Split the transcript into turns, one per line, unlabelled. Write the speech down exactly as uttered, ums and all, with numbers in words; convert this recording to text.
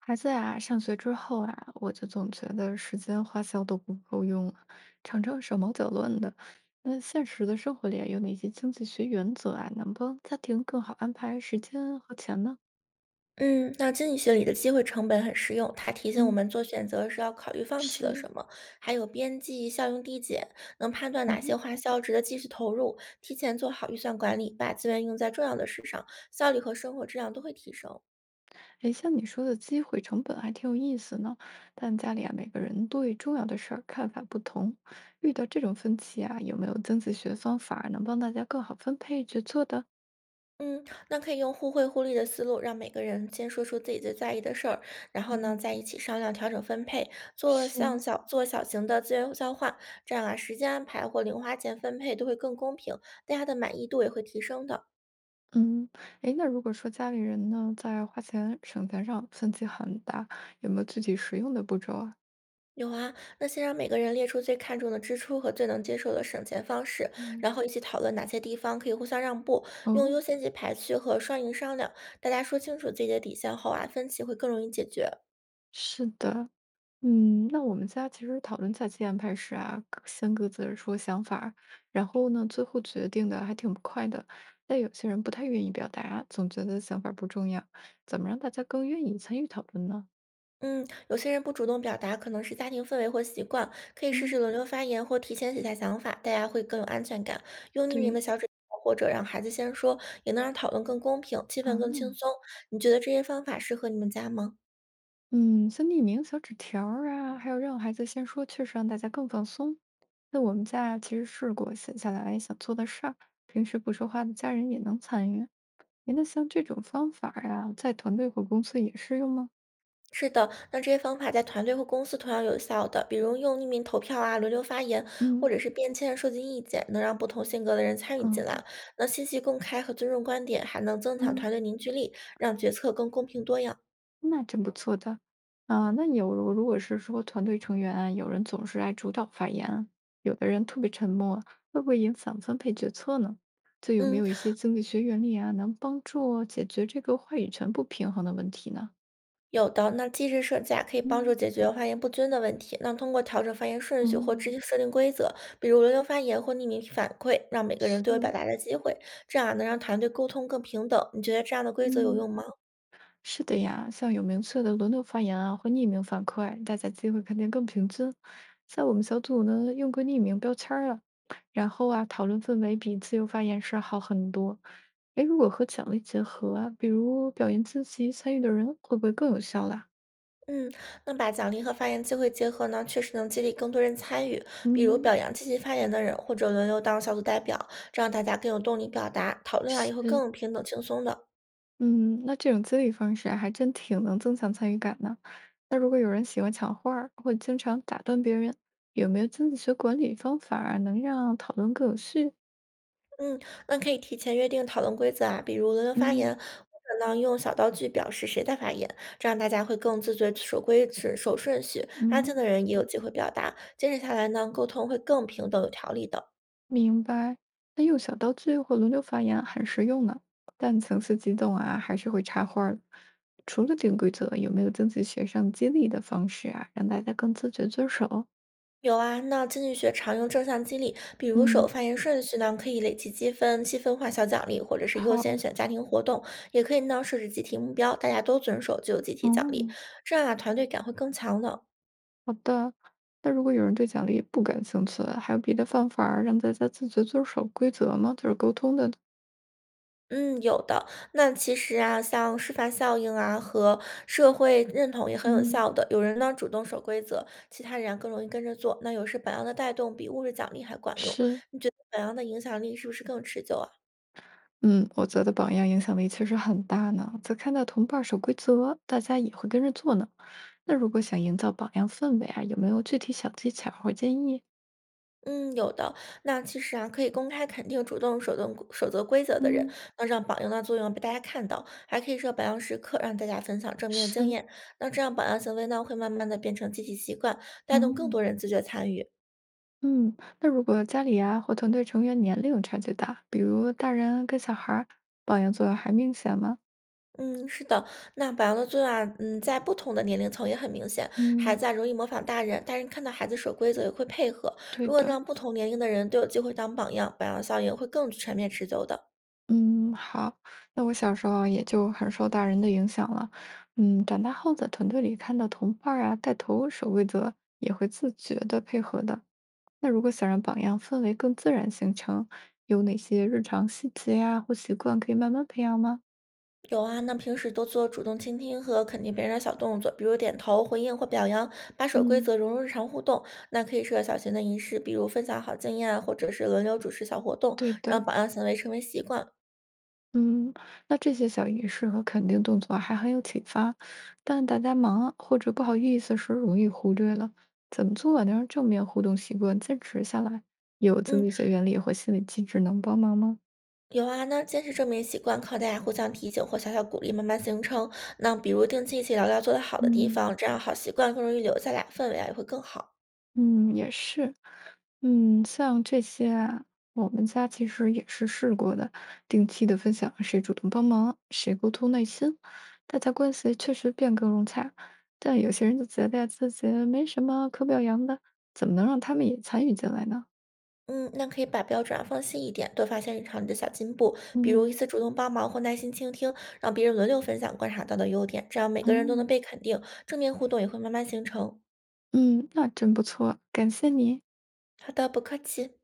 孩子啊，上学之后啊，我就总觉得时间花销都不够用，常常手忙脚乱的。那现实的生活里啊有哪些经济学原则啊，能帮家庭更好安排时间和钱呢？
嗯，那经济学里的机会成本很实用，它提醒我
嗯，
们做选择时要考虑放弃了
是，
什么，还有边际效用递减，能判断哪些
嗯，
花销值得继续投入，提前做好预算管理，把资源用在重要的事上，效率和生活质量都会提升。
哎，像你说的机会成本还挺有意思呢，但家里啊，每个人对重要的事儿看法不同，遇到这种分歧啊，有没有经济学方法能帮大家更好分配决策的？
嗯，那可以用互惠互利的思路，让每个人先说出自己最在意的事儿，然后呢，
嗯，
再一起商量调整分配，做
是。
像小做小型的资源交换，这样啊，时间安排或零花钱分配都会更公平，大家的满意度也会提升的。
嗯，哎，那如果说家里人呢，在花钱省钱上分歧很大，有没有具体实用的步骤啊？
有啊，那先让每个人列出最看重的支出和最能接受的省钱方式，
嗯，
然后一起讨论哪些地方可以互相让步，用
哦，
优先级排序和双赢商量。大家说清楚自己的底线后啊，分歧会更容易解决。
是的，嗯，那我们家其实讨论假期安排时啊，各先各自说想法儿然后呢，最后决定的还挺不快的。但有些人不太愿意表达，总觉得想法儿不重要。怎么让大家更愿意参与讨论呢？
嗯，有些人不主动表达，可能是家庭氛围或习惯，可以试
嗯，
试轮流发言或提前写下想法，大家会更有安全感。用匿名的
对，
小纸条或者让孩子先说，也能让讨论更公平，气氛更轻
嗯。
松。你觉得这些方法适合你们家吗？
嗯，像匿名小纸条儿啊，还有让孩子先说，确实让大家更放松。那我们家其实试过写下来想做的事儿，平时不说话的家人也能参与。诶那像这种方法呀、在团队或公司也适用吗？
是的，那这些方法在团队或公司同样有效的，比如用匿名投票啊、轮流发言，或
嗯
者是便签收集意见，能让不同性格的人参与进
嗯，
来。那信息公开和尊重观点，还能增强
嗯。
团队凝聚力，让决策更公平多样。
那真不错的。啊，那有如果是说团队成员啊有人总是爱主导发言啊，有的人特别沉默啊，会不会影响分配决策呢？就有没
嗯，
有一些经济学原理啊，能帮助解决这个话语权不平衡的问题呢？
有的。那机制设计啊，可以帮助
嗯，
解决发言不均的问题。那通过调整发言顺
哦，
序或制定设定规则，比如轮流发言或匿名反馈，让每个人都有表
是，
达的机会，这样啊能让团队沟通更平等。你觉得这样的规则有
嗯。
用吗？
是的呀，像有明确的轮流发言啊，或匿名反馈，大家机会肯定更平均。在我们小组呢，用过匿名标签儿了，然后啊，讨论氛围比自由发言时好很多。哎，如果和奖励结合啊，比如表扬积极参与的人，会不会更有效啦？
嗯，那把奖励和发言机会结合呢，确实能激励更多人参与，比如
嗯，
表扬积极发言的人，或者轮流当小组代表，这样大家更有动力表达，讨论啊
是，
也会更平等轻松的。
嗯，那这种激励方式啊还真挺能增强参与感呢。那如果有人喜欢抢话儿，或经常打断别人，有没有经济学管理方法儿啊能让讨论更有序？
嗯，那可以提前约定讨论规则啊，比如轮流发
嗯。
言，或者呢用小道具表示谁在发言，这样大家会更自觉守规矩、守顺序，安静
嗯，
的人也有机会表达，坚持下来呢，沟通会更平等有条理的。
明白。那用小道具或轮流发言很实用呢，但层次激动啊，还是会插话儿的除了定规则，有没有经济学上激励的方式啊，让大家更自觉遵守？
有啊，那经济学常用正向激励，比如手
嗯，
发言顺序呢，可以累积积分，积分化小奖励，或者是优先
好，
选家庭活动，也可以呢设置集体目标，大家都遵守就有集体奖励，
哦，
这样啊团队感会更强的。
好的。那如果有人对奖励不感兴趣，还有别的方法儿让大家自觉遵守规则吗？就是沟通的。
嗯，有的。那其实啊，像示范效应啊和社会认同也很有
嗯，
效的。有人呢主动守规则，其他人啊更容易跟着做。那有时榜样的带动比物质奖励还管用。
是。
你觉得榜样的影响力是不是更持久啊？
嗯，我觉的榜样影响力确实很大呢。则看到同伴守规则，大家也会跟着做呢。那如果想营造榜样氛围啊，有没有具体小技巧或建议？
嗯，有的。那其实啊，可以公开肯定主动守动守则规则的人，
嗯，
那让榜样的作用被大家看到，还可以设榜样时刻，让大家分享正面的经
是，
验。那这样榜样行为呢，会慢慢的变成积极习惯，带动更
嗯
多人自觉参与。
嗯，那如果家里啊或团队成员年龄差距大，比如大人跟小孩儿，榜样作用还明显吗？
嗯，是的，那榜样的作用啊，嗯，在不同的年龄层也很明显。孩
嗯
子啊，容易模仿大人，大人看到孩子守规则也会配合。
对
如果
的，
让不同年龄的人都有机会当榜样，榜样效应会更全面持久的。
嗯，好。那我小时候啊也就很受大人的影响了，嗯，长大后在团队里看到同伴儿啊带头守规则，也会自觉的配合的。那如果想让榜样氛围更自然形成，有哪些日常细节呀、或习惯可以慢慢培养吗？
有啊，那平时多做主动倾听和肯定别人的小动作，比如点头、回应或表扬，把守规
嗯，
则融入日常互动。那可以设小型的仪式，比如分享好经验啊，或者是轮流主持小活动，
对
让
的，
榜样行为成为习惯。
嗯，那这些小仪式和肯定动作还很有启发，但大家忙或者不好意思时容易忽略了，怎么做能让正面互动习惯坚持下来？有经
嗯，
济学原理或心理机制能帮忙吗？
有啊，那坚持正面习惯，靠大家互相提醒或小小鼓励，慢慢形成。那比如定期一起聊聊做得好的地
嗯。
方，这样好习惯更容易留下来，氛围啊也会更好。
嗯，也是。嗯，像这些啊，我们家其实也是试过的，定期的分享谁主动帮忙，谁沟通耐心，大家关系确实变更融洽。但有些人就觉得自己没什么可表扬的，怎么能让他们也参与进来呢？
嗯，那可以把标准啊放细一点，多发现日常里的小进步，比如
嗯
一次主动帮忙或耐心倾听，让别人轮流分享观察到的优点，这样每个人都能
嗯
被肯定，正面互动也会慢慢形成。
嗯，那真不错，感谢你。
好的，不客气。